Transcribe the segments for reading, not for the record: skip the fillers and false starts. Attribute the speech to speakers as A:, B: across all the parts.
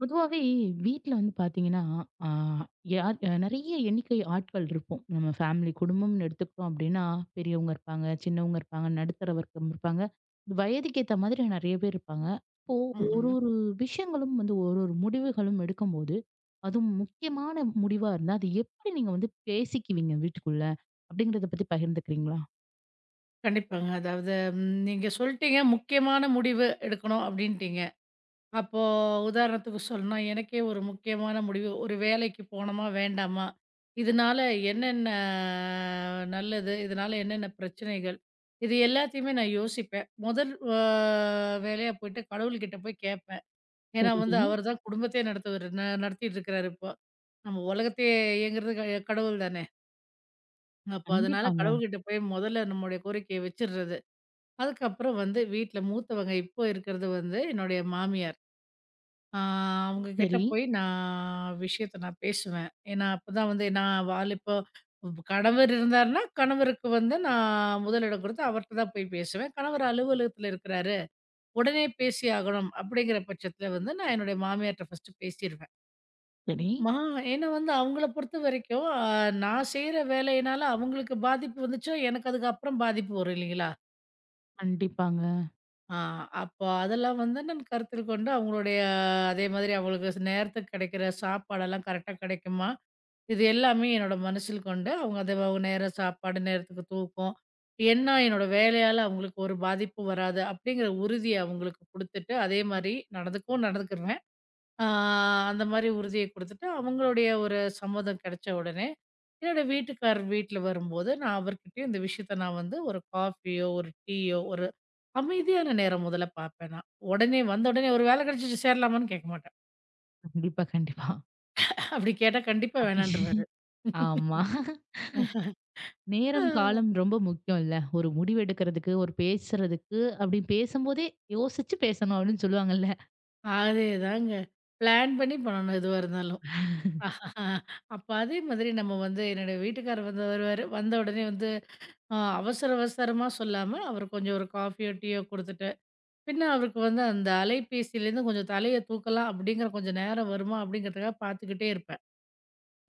A: பொதுவாவே வீட்ல வந்து பாத்தீங்கன்னா, ஆ யார் நெறைய எண்ணிக்கை ஆட்கள் இருப்போம். நம்ம ஃபேமிலி குடும்பம்னு எடுத்துக்கிட்டோம் அப்டின்னா, பெரியவங்க இருப்பாங்க, சின்னவங்க இருப்பாங்க, நடுத்தர வர்க்கம் இருப்பாங்க. வயதுக்கு ஏத்த மாதிரி நெறைய பேர் இருப்பாங்க. இப்போ ஒரு
B: ஆமாங்க.
A: ஒரு விஷயங்களும் வந்து ஒரு ஒரு முடிவுகளும் எடுக்கும்போது, அதுவும் முக்கியமான முடிவா இருந்தா, அது எப்படி நீங்க வந்து பேசிக்குவீங்க வீட்டுக்குள்ள? அப்படிங்கிறத பத்தி பகிர்ந்துக்கிறீங்களா?
B: கண்டிப்பாங்க. அதாவது நீங்க சொல்ட்டீங்க, முக்கியமான முடிவு எடுக்கணும் அப்டின்ட்டீங்க. அப்போ உதாரணத்துக்கு சொல்லணும்னா, எனக்கே ஒரு முக்கியமான முடிவு, ஒரு வேலைக்கு போணுமா, வேண்டாமா? இதனால என்னென்ன நல்லது? இதனால என்னென்ன பிரச்சனைகள்? இது எல்லாத்தையுமே நான் யோசிப்பேன். முதல் வேலையா போயிட்டு கடவுள்கிட்ட போய் கேட்பேன். ஏன்னா
A: சரி.
B: வந்து அவர் தான் குடும்பத்தையே நடத்துவாரு நடத்திட்டு இருக்கிறாரு இப்போ. நம்ம உலகத்தையே இயங்குறது கடவுள் தானே. அப்போ அதனால
A: கண்டிப்பாங்க.
B: கடவுள்கிட்ட போய் முதல்ல நம்முடைய கோரிக்கைய வச்சுடுறது. அதுக்கப்புறம் வந்து வீட்ல மூத்தவங்க இப்போ இருக்கிறது வந்து என்னுடைய மாமியார். ஆ அவங்க கிட்ட
A: சரி.
B: போய் நான் விஷயத்த நான் பேசுவேன். ஏன்னா, அப்பதான் வந்து நான் இப்போ கணவர் இருந்தாருன்னா, கணவருக்கு வந்து நான் முதலிடம் கொடுத்து அவர்ட்ட தான் போய் பேசுவேன். கணவர் அலுவலகத்துல இருக்கிறாரு. உடனே பேசி ஆகணும் அப்படிங்கிற பட்சத்துல வந்து நான் என்னுடைய மாமியார்ட்ட ஃபர்ஸ்ட்டு பேசிருவேன்.
A: சரி.
B: மா ஏன்னா வந்து அவங்கள பொறுத்த வரைக்கும், நான் செய்ற வேலையினால அவங்களுக்கு பாதிப்பு வந்துச்சோ, எனக்கு அதுக்கப்புறம் பாதிப்பு வரும் இல்லைங்களா?
A: கண்டிப்பாங்க.
B: ஆ, அப்போ அதெல்லாம் வந்து நான் கருத்தில் கொண்டு அவங்களுடைய அதே மாதிரி அவங்களுக்கு நேரத்துக்கு கிடைக்கிற சாப்பாடெல்லாம் கரெக்டா கிடைக்குமா? இது எல்லாமே என்னோட மனசில் கொண்டு, அவங்க அத அவங்க நேர சாப்பாடு, நேரத்துக்கு தூக்கம், என்ன என்னோட வேலையால அவங்களுக்கு ஒரு பாதிப்பும் வராது, அப்படிங்கிற உறுதிய அவங்களுக்கு குடுத்துட்டு, அதே மாரி நடந்துக்கவும் நடந்துக்குருவேன். ஆ அந்த மாரி உறுதிய குடுத்துட்டு, அவங்களுடைய ஒரு சம்மதம் கிடைச்ச உடனே, என்னோட வீட்டுக்காரர் வீட்ல வரும்போது, நான் அவர்கிட்டயும் இந்த விஷயத்த நான் வந்து ஒரு காஃபியோ, ஒரு டீயோ, ஒரு அமைதியான நேரம் முதல்ல பார்ப்பேன் நான். உடனே வந்த உடனே "ஒரு வேலை கிடைச்சுச்சு சேரலாமான்னு?" கேட்க மாட்டேன்.
A: கண்டிப்பா, கண்டிப்பா.
B: அப்படி கேட்டா கண்டிப்பா
A: அப்படி
B: வேணான்ருவாரு.
A: ஆமா.
B: ஆ.
A: நேரம், காலம் ரொம்ப முக்கியம் இல்ல. ஒரு முடிவு எடுக்கிறதுக்கு, ஒரு பேசுறதுக்கு, அப்படி பேசும்போதே யோசிச்சு பேசணும் அப்படின்னு சொல்லுவாங்கல்ல.
B: அதேதாங்க. பிளான் பண்ணி பண்ணணும் எதுவா இருந்தாலும். ஆஹா. அப்ப அதே மாதிரி நம்ம வந்து என்னோட வீட்டுக்காரர் வந்து வருவாரு. வந்த உடனே வந்து அவசர அவசரமா சொல்லாம, அவர் கொஞ்சம் ஒரு காஃபியோ, டீயோ குடுத்துட்டு பின்ன அவருக்கு வந்து அந்த அலைபேசியிலேருந்து கொஞ்சம் தலைய தூக்கலாம் அப்படிங்கிற கொஞ்சம் நேரம் வருமா அப்படிங்கிறதுக்காக பார்த்துக்கிட்டே இருப்பேன்.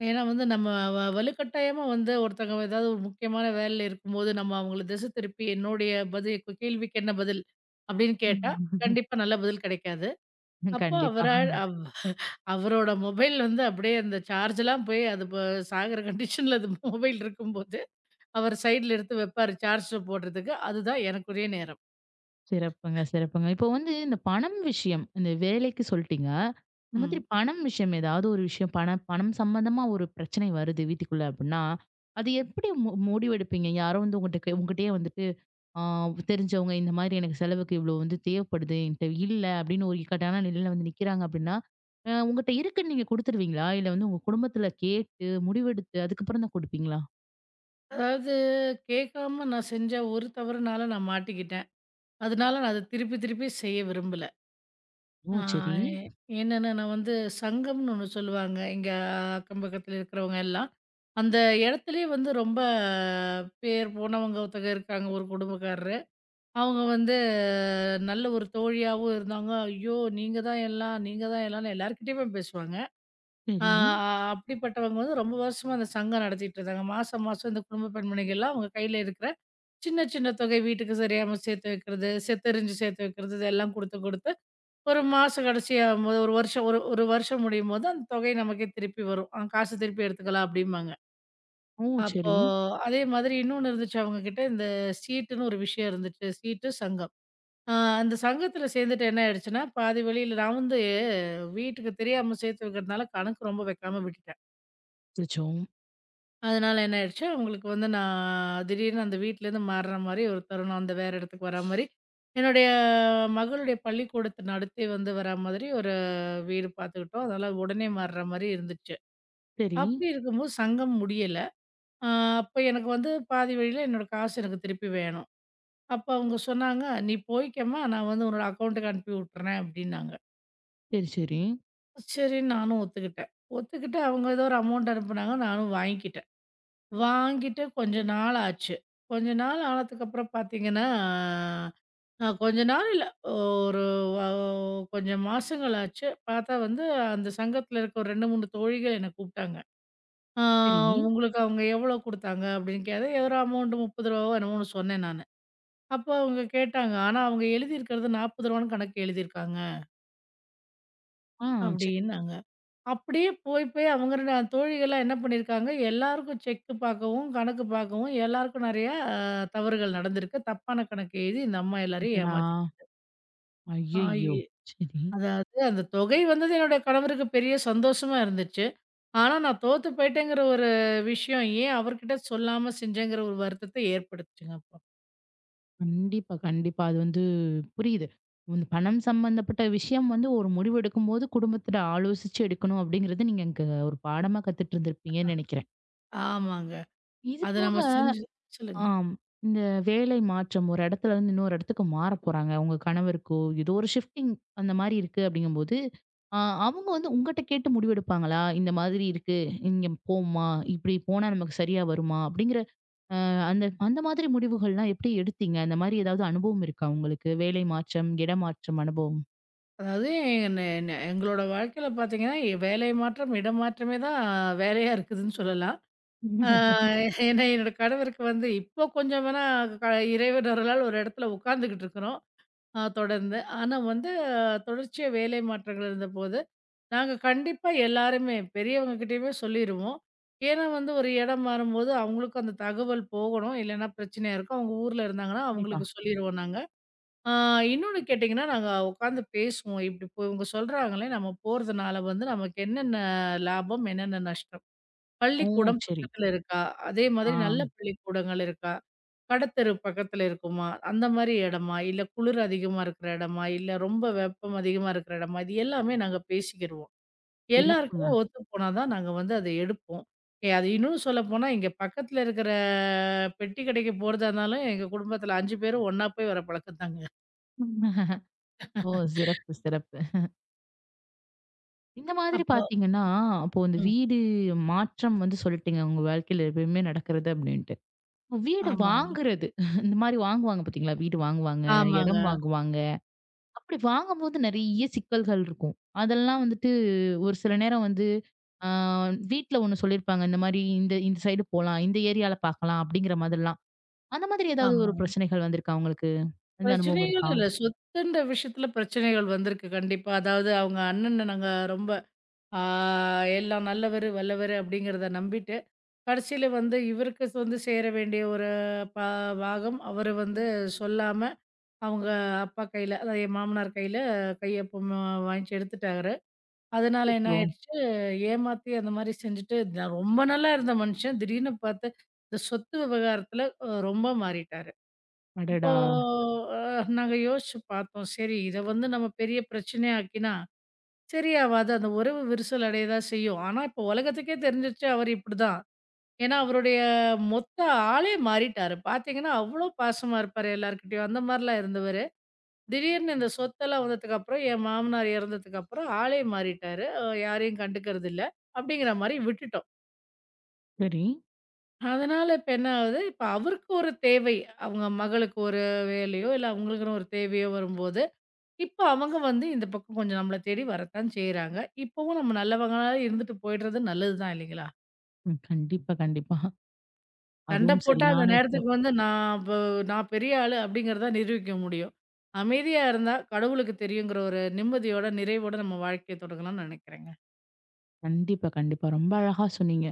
B: ஏன்னா வந்து நம்ம வலுக்கட்டாயமா வந்து ஒருத்தங்க ஏதாவது ஒரு முக்கியமான வேலையில இருக்கும்போது, நம்ம அவங்கள திசை திருப்பி என்னுடைய பதில் கேள்விக்கு என்ன பதில்? அப்படின்னு கேட்டா,
A: ம்.
B: கண்டிப்பா நல்ல பதில் கிடைக்காது. அப்போ
A: கண்டிப்பா.
B: அவரா அவ் அவரோட மொபைல் வந்து அப்படியே அந்த சார்ஜ்லாம் போய் அது சாகுற கண்டிஷன்ல அது மொபைல் இருக்கும்போது, அவர் சைடுல எடுத்து வைப்பாரு சார்ஜ்ல போடுறதுக்கு. அதுதான் எனக்குரிய நேரம்.
A: சிறப்புங்க, சிறப்புங்க. இப்போ வந்து இந்த பணம் விஷயம், இந்த வேலைக்கு சொல்ட்டீங்க. இந்த மாதிரி
B: ம்.
A: பணம் விஷயம் ஏதாவது ஒரு விஷயம் பணம் பணம் சம்பந்தமா ஒரு பிரச்சனை வருது வீட்டுக்குள்ள அப்படின்னா, அது எப்படி முடிவெடுப்பீங்க? யாரோ வந்து உங்கட்டயே வந்துட்டு ஆ தெரிஞ்சவங்க இந்த மாதிரி எனக்கு செலவுக்கு இவ்வளோ வந்து தேவைப்படுது என்கிட்ட இல்ல அப்படின்னு ஒரு இக்கட்டான நிலையில வந்து நிக்கிறாங்க அப்படின்னா உங்ககிட்ட இருக்குன்னு நீங்க குடுத்துருவீங்களா? இல்ல வந்து உங்க குடும்பத்துல கேட்டு முடிவெடுத்து அதுக்கப்புறம் தான் குடுப்பீங்களா?
B: அதாவது கேட்காம நான் செஞ்ச ஒரு தவறுனால நான் மாட்டிக்கிட்டேன். அதனால நான் அத திருப்பி திருப்பி செய்ய விரும்பல. ஆ
A: ஓ! சரி,
B: என்னன்னா, நான் வந்து சங்கம்னு ஒண்ணு சொல்லுவாங்க. எங்க அக்கம் பக்கத்துல இருக்கிறவங்க எல்லாம். அந்த இடத்துலயே வந்து ரொம்ப பேர் போனவங்க ஒருத்தங்க இருக்காங்க, ஒரு குடும்பக்காரரு. அவங்க வந்து நல்ல ஒரு தோழியாவும் இருந்தாங்க. "ஐயோ! நீங்க தான் எல்லாம், நீங்க தான் எல்லாம்ன்னு" எல்லார்கிட்டயுமே பேசுவாங்க. ஆ
A: சரி.
B: அப்படிப்பட்டவங்க வந்து ரொம்ப வருஷமா அந்த சங்கம் நடத்திட்டு இருந்தாங்க. மாசம் மாசம் இந்த குடும்ப பெண்மணிகள்லாம் அவங்க கையில இருக்கிற சின்ன, சின்ன தொகை வீட்டுக்கு சரியாம சேர்த்து வைக்கிறது, செத்தெரிஞ்சு சேர்த்து வைக்கிறது, இதெல்லாம் குடுத்து, குடுத்து ஒரு மாசம் கடைசியாகும்போது, ஒரு வருஷம் ஒரு ஒரு வருஷம் முடியும்போது அந்த தொகை நமக்கே திருப்பி வரும். காசு திருப்பி எடுத்துக்கலாம் அப்டிம்பாங்க.
A: ஓ!
B: அப்போ
A: சரி.
B: அதே மாதிரி இன்னொன்னு இருந்துச்சு அவங்ககிட்ட, இந்த சீட்டுன்னு ஒரு விஷயம் இருந்துச்சு. சீட்டு, சங்கம். அ அந்த சங்கத்தில சேர்ந்துட்டு என்ன ஆயிடுச்சுன்னா, பாதி வழியில நான் வந்து வீட்டுக்கு தெரியாம சேர்த்து வைக்கிறதுனால கணக்கு ரொம்ப வைக்காம விட்டுட்டேன்.
A: அச்சச்சோ!
B: அதனால என்ன ஆயிடுச்சு, அவங்களுக்கு வந்து நான் திடீர்னு அந்த வீட்லேருந்து மாறுற மாரி ஒரு தருணம். அந்த வேற இடத்துக்கு வரா மாரி, என்னுடைய மகளுடைய பள்ளிக்கூடத்து நடத்தி வந்து வரா மாதிரி ஒரு வீடு பார்த்துக்கிட்டோம். அதனால உடனே மாறுற மாரி இருந்துச்சு.
A: சரி,
B: அப்படி இருக்கும்போது சங்கம் முடியல. அ அப்ப எனக்கு வந்து பாதி வழியில என்னோட காசு எனக்கு திருப்பி வேணும். அப்ப அவங்க சொன்னாங்க, "நீ போய்க்கம்மா, நான் வந்து உன்னோட அக்கவுண்ட்டுக்கு அனுப்பி விட்டுறேன்" அப்படின்னாங்க.
A: சரி, சரி,
B: சரின்னு நானும் ஒத்துக்கிட்டேன். ஒத்துக்கிட்டு அவங்க ஏதோ ஒரு அமௌண்ட் அனுப்புனாங்க. நானும் வாங்கிக்கிட்டேன். வாங்கிட்டு கொஞ்ச நாள் ஆச்சு. கொஞ்ச நாள் ஆனதுக்கப்புறம் பார்த்தீங்கன்னா, கொஞ்ச நாள் இல்ல. ஒரு வ கொஞ்சம் மாசங்கள் ஆச்சு. பார்த்தா வந்து அந்த சங்கத்தில இருக்க ஒரு 2, 3 தோழிகள் என்ன கூப்பிட்டாங்க. "ஆ
A: சரி.
B: உங்களுக்கு அவங்க எவ்வளோ குடுத்தாங்க?" அப்படின்னு கேட்டேன். ஏதோ ஒரு அமௌண்ட் ரூ. 30 என்னமோன்னு சொன்னேன் நானு. அப்போ அவங்க கேட்டாங்க. ஆனா அவங்க எழுதியிருக்கிறது ரூ. 40ன்னு கணக்கு எழுதியிருக்காங்க
A: ஆ, சரி.
B: அப்படின்னாங்க. அப்படியே போய் போய் அவங்க ரெண்டு தோழிகள்லாம் என்ன பண்ணியிருக்காங்க, எல்லாருக்கும் செக் பார்க்கவும், கணக்கு பார்க்கவும் எல்லாருக்கும் நெறையா தவறுகள் நடந்திருக்கு. தப்பான கணக்கு எழுதி இந்த அம்மா எல்லாரையும்
A: அடடா!
B: ஏமாத்திருக்குது. ஆ
A: ஐயய்யோ!
B: எ
A: சரி.
B: அதாவது அந்த தொகை வந்தது என்னுடைய கணவருக்கு பெரிய சந்தோஷமா இருந்துச்சு. ஆனா நான் தோத்து போயிட்டேங்கிற ஒரு விஷயம் ஏன் அவர்கிட்ட சொல்லாம செஞ்சேங்கிற ஒரு வருத்தத்த ஏற்படுத்துச்சுங்க அப்போ.
A: கண்டிப்பா, கண்டிப்பா. அது வந்து புரியுது. இந்த பணம் சம்பந்தப்பட்ட விஷயம் வந்து ஒரு முடிவெடுக்கும்போது குடும்பத்தில ஆலோசிச்சு எடுக்கணும் அப்படிங்கிறது நீங்க இங்க ஒரு பாடமா கத்துட்டு இருந்திருப்பீங்கன்னு நெனைக்கிறேன்.
B: ஆமாங்க.
A: இது
B: அது
A: போக
B: நம்ம செஞ்சு சொல்லுங்க.
A: ஆம். இந்த வேலை மாற்றம் ஒரு இடத்துல இருந்து இன்னொரு இடத்துக்கு மாறப் போறாங்க. உங்க கணவருக்கோ ஏதோ ஒரு ஷிஃப்டிங் அந்த மாரி இருக்கு அப்படிங்கும்போது, அ அவங்க வந்து உங்கட்ட கேட்டு முடிவெடுப்பாங்களா? இந்த மாதிரி இருக்கு. இங்க போம்மா, இப்படி போனா நமக்கு சரியா வருமா? அப்படிங்கிற அந்த அந்த மாதிரி முடிவுகள்லாம் எப்படி எடுத்தீங்க? அந்த மாரி ஏதாவது அனுபவம் இருக்கா உங்களுக்கு? வேலை மாற்றம், இடம் மாற்றம் அனுபவம்?
B: அதாவது என்ன என்ன எங்களோட வாழ்க்கையில பார்த்தீங்கன்னா, வேலை மாற்றம், இடம் மாற்றமே தான் வேலையா இருக்குதுன்னு சொல்லலாம். ஆ ஏன்னா என்னோட கணவருக்கு வந்து இப்போ கொஞ்சம் வேணா க இறைவன் அருளால் ஒரு இடத்துல உட்காந்துக்கிட்டு இருக்கிறோம். தொடர்ந்து. ஆனா வந்து தொடர்ச்சியா வேலை மாற்றங்கள் இருந்தபோது, நாங்க கண்டிப்பா எல்லாருமே பெரியவங்க கிட்டயுமே சொல்லிருவோம். ஏன்னா வந்து ஒரு இடம் மாறும்போது அவங்களுக்கும் அந்த தகவல் போகணும். இல்லன்னா பிரச்சனையா இருக்கும். அவங்க ஊர்ல இருந்தாங்கன்னா
A: கண்டிப்பா.
B: அவங்களுக்கு சொல்லிருவோம் நாங்க. ஆ இன்னொன்னு கேட்டீங்கன்னா, நாங்க உட்காந்து பேசுவோம். இப்படி போ இவங்க சொல்றாங்களே நம்ம போறதுனால வந்து நமக்கு என்னென்ன லாபம்? என்னென்ன நஷ்டம்?
A: ஓ!
B: பள்ளிக்கூடம்
A: சரி.
B: பக்கத்துல இருக்கா? அதே
A: ஆ.
B: மாதிரி நல்ல பள்ளிக்கூடங்கள் இருக்கா? கடத்தெரு பக்கத்துல இருக்குமா? அந்த மாரி இடமா? இல்ல குளிர் அதிகமா இருக்கிற இடமா? இல்ல ரொம்ப வெப்பம் அதிகமா இருக்கிற இடமா? இது எல்லாமே நாங்க பேசிக்கிருவோம்.
A: சிறப்புங்க.
B: எல்லாருக்குமே ஒத்து போனா தான் நாங்க வந்து அத எடுப்போம். அது இன்னும் சொல்லப்போனா, இங்க பக்கத்துல இருக்கிற பெட்டி கடைக்கு போறதா இருந்தாலும், எங்க குடும்பத்துல 5 பேரும் ஒண்ணா போய் வர பழக்கம் தாங்க.
A: ஓ! சிறப்பு, சிறப்பு. இந்த மாதிரி
B: அப்போ
A: பார்த்தீங்கன்னா, அப்போ இந்த
B: ம்.
A: வீடு மாற்றம் வந்து சொல்லிட்டீங்க, உங்க வாழ்க்கையில எப்பயுமே நடக்கிறது அப்டின்ட்டு. வீடு
B: ஆமாங்க.
A: வாங்குறது இந்த மாரி வாங்குவாங்க பார்த்தீங்களா? வீடு வாங்குவாங்க, இடம்
B: ஆமாங்க.
A: வாங்குவாங்க. அப்படி வாங்கும்போது நெறைய சிக்கல்கள் இருக்கும். அதெல்லாம் வந்துட்டு ஒரு சில நேரம் வந்து ஆ வீட்ல ஒண்ணு சொல்லியிருப்பாங்க. இந்த மாரி இந்த இந்த சைடு போலாம். இந்த ஏரியால பார்க்கலாம் அப்படிங்கிற மாதிரிலாம். அந்த மாதிரி ஏதாவது
B: ஆமா.
A: ஒரு பிரச்சனைகள் வந்திருக்கா உங்களுக்கு? அந்த அனுபவம்
B: பிரச்சனைகள்
A: இருக்கா?
B: இல்ல. சொத்துன்ற விஷயத்துல பிரச்சனைகள் வந்திருக்கு கண்டிப்பா. அதாவது அவங்க அண்ணன நாங்க ரொம்ப ஆ எல்லாம் நல்லவரு, வல்லவரு அப்படிங்கிறத நம்பிட்டு, கடைசியில வந்து இவருக்கு வந்து சேர வேண்டிய ஒரு பா பாகம் அவரு வந்து சொல்லாம, அவங்க அப்பா கையில, அதாவது என் மாமனார் கையில கைய பொ வாங்கிச்சு எடுத்துட்டாரு. அதனால என்ன
A: அச்சச்சோ!
B: ஆயிடுச்சு, ஏமாத்தி அந்த மாரி செஞ்சுட்டு, நான் ரொம்ப நல்லா இருந்த மனுஷன் திடீர்னு பாத்து, இந்த சொத்து விவகாரத்துல ரொம்ப மாறிட்டாரு. அப்போ
A: அடடா!
B: அ நாங்க யோசிச்சு பார்த்தோம். சரி இத வந்து நம்ம பெரிய பிரச்சனையாக்கினா, சரியாவாது. அந்த உறவு விரிசல் அடைய தான் செய்யும். ஆனா இப்போ உலகத்துக்கே தெரிஞ்சிருச்சு அவரு இப்படிதான். ஏன்னா, அவருடைய மொத்த ஆளே மாறிட்டாரு. பார்த்தீங்கன்னா, அவ்வளோ பாசமா இருப்பாரு எல்லார்கிட்டயும். அந்த மாரிலாம் இருந்தவரு. திடீர்னு இந்த சொத்தெல்லாம் வந்ததுக்கப்புறம், என் மாமனார் இறந்ததுக்கப்புறம் ஆளே மாறிட்டாரு. யாரையும் கண்டுக்கறதில்ல. அப்படிங்கிற மாரி விட்டுட்டோம்.
A: சரி.
B: அதனால இப்ப என்ன ஆகுது, இப்ப அவருக்கு ஒரு தேவை. அவங்க மகளுக்கு ஒரு வேலையோ, இல்ல அவங்களுக்குன்னு ஒரு தேவையோ வரும்போது இப்ப அவங்க வந்து இந்த பக்கம் கொஞ்சம் நம்மள தேடி வரத்தான் செய்றாங்க. இப்பவும் நம்ம நல்லவங்களா இருந்துட்டு போயிடுறது நல்லது தான் இல்லைங்களா?
A: ம். கண்டிப்பா, கண்டிப்பா.
B: சண்ட
A: அதுவும்
B: போட்டா அந்த
A: சரியான
B: நேரத்துக்கு
A: விஷயம்.
B: வந்து நான் பெரிய ஆளு அப்படிங்கிறத நிரூபிக்க முடியும். அமைதியா இருந்தா கடவுளுக்கு தெரியுங்கிற ஒரு நிம்மதியோட, நிறைவோட நம்ம வாழ்க்கைய தொடங்கலாம்னு நெனைக்கிறேங்க.
A: கண்டிப்பா, கண்டிப்பா. ரொம்ப அழகா சொன்னீங்க.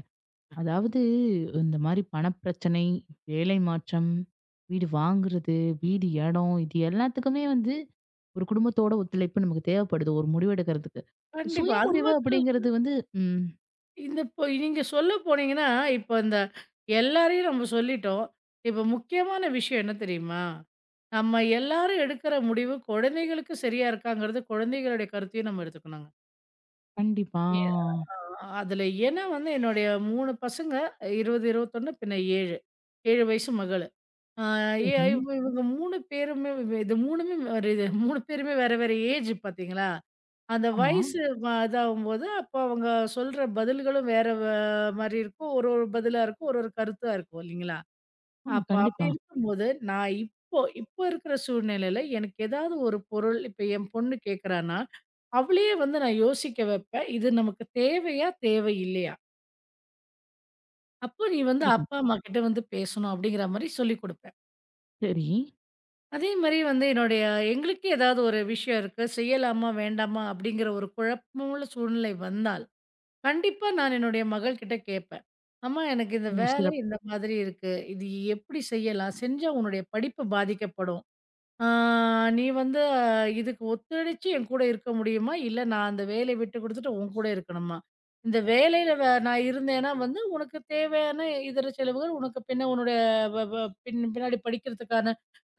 A: அதாவது இந்த மாரி பணப்பிரச்சனை, வேலை மாற்றம், வீடு வாங்குறது, வீடு, இடம் இது எல்லாத்துக்குமே வந்து ஒரு குடும்பத்தோட ஒத்துழைப்பு நமக்கு தேவைப்படுது ஒரு முடிவு எடுக்கிறதுக்கு. சுய
B: கண்டிப்பா. அது
A: முடிவு அப்படிங்கிறது வந்து ம்.
B: இந்த இப்போ நீங்க சொல்ல போனீங்கன்னா, இப்ப இந்த எல்லாரையும் நம்ம சொல்லிட்டோம். இப்ப முக்கியமான விஷயம் என்ன தெரியுமா? நம்ம எல்லாரும் எடுக்கிற முடிவு குழந்தைகளுக்கு சரியா இருக்காங்கிறது குழந்தைகளுடைய கருத்தையும் நம்ம எடுத்துக்கணுங்க.
A: கண்டிப்பா.
B: எ அ அதுல ஏன்னா வந்து என்னுடைய 3 பசங்க 20, 21 பின்ன 7. 7 வயசு மகளு. அ ஏ
A: சரி.
B: இவ இவங்க 3 பேருமே வே- இது 3மே ஒரு இது 3 பேருமே வேற வேற ஏஜ் பாத்தீங்களா? அந்த
A: ஆமா.
B: வயசு இதாகும்போது அப்ப அவங்க சொல்ற பதில்களும் வேற மாரி இருக்கும். ஒரு ஒரு பதிலா இருக்கும். ஒரு ஒரு கருத்தா இருக்கும் இல்லைங்களா?
A: ஆமா. ஆமா.
B: அப்ப அப்படி
A: கண்டிப்பா.
B: இருக்கும்போது, நான் இப்போ இப்போ இருக்கிற சூழ்நிலையில எனக்கு ஏதாவது ஒரு பொருள் இப்ப என் பொண்ணு கேட்குறான்னா, அவளையே வந்து நான் யோசிக்க வைப்பேன். இது நமக்கு தேவையா? தேவை இல்லையா? அப்போ நீ வந்து
A: குடுக்கும்.
B: அப்பா, அம்மா கிட்ட வந்து பேசணும் அப்படிங்கிற மாரி சொல்லிக் குடுப்பேன்.
A: சரி.
B: அதே மாரி வந்து என்னுடைய எங்களுக்கே ஏதாவது ஒரு விஷயம் இருக்கு. செய்யலாமா? வேண்டாமா? அப்படிங்கிற ஒரு குழப்பமுள்ள சூழ்நிலை வந்தால், கண்டிப்பா நான் என்னுடைய மகள்கிட்ட கேட்பேன். அம்மா எனக்கு இந்த
A: ஓ!
B: வேலை
A: சிறப்பு.
B: இந்த மாதிரி இருக்கு. இது எப்படி செய்யலாம்? செஞ்சா உன்னுடைய படிப்பு பாதிக்கப்படும். ஆ, நீ வந்து அ, இதுக்கு ஒத்துழைச்சு என் கூட இருக்க முடியுமா? இல்ல நான் அந்த வேலைய விட்டு குடுத்துட்டு உன் கூட இருக்கணுமா? இந்த வேலையில நான் இருந்தேன்னா வந்து உனக்கு தேவையான இதர செலவுகள் உனக்கு பின்ன உன்னுடைய வ வ பின் பின்னாடி படிக்கிறதுக்கான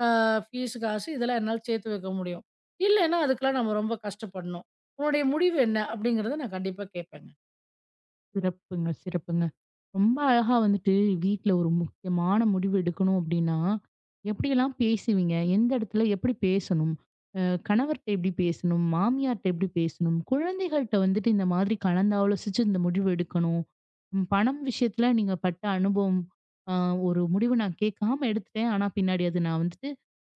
B: அ ஃபீஸ் காசு இதெல்லாம் என்னால சேர்த்து வைக்க முடியும். இல்லைன்னா அதுக்கெல்லாம் நம்ம ரொம்ப கஷ்டப்படணும். உன்னுடைய முடிவு என்ன? அப்படிங்கிறத நான் கண்டிப்பா கேட்பேங்க.
A: சிறப்புங்க, சிறப்புங்க. ரொம்ப அழகா வந்துட்டு வீட்ல ஒரு முக்கியமான முடிவு எடுக்கணும் அப்டின்னா, எப்படியெல்லாம் பேசுவீங்க? எந்த இடத்துல எப்படி பேசணும்? அ கணவர்ட்ட எப்படி பேசணும்? மாமியார்ட்ட எப்படி பேசணும்? குழந்தைகள்ட்ட வந்துட்டு இந்த மாதிரி கலந்தாலோசிச்சு இந்த முடிவு எடுக்கணும். பணம் விஷயத்துல நீங்க பட்ட அனுபவம், அ ஒரு முடிவு நான் கேட்காம எடுத்துட்டேன். ஆனா பின்னாடி அது நான் வந்துட்டு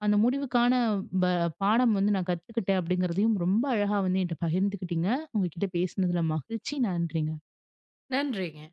A: அந்த முடிவுக்கான ப பாடம் வந்து நான் கத்துக்கிட்டேன் அப்படிங்கிறதையும் ரொம்ப அழகா வந்து என்ட்ட பகிர்ந்துக்கிட்டீங்க. உங்ககிட்ட பேசினதுல மகிழ்ச்சி. நன்றிங்க.
B: நன்றிங்க.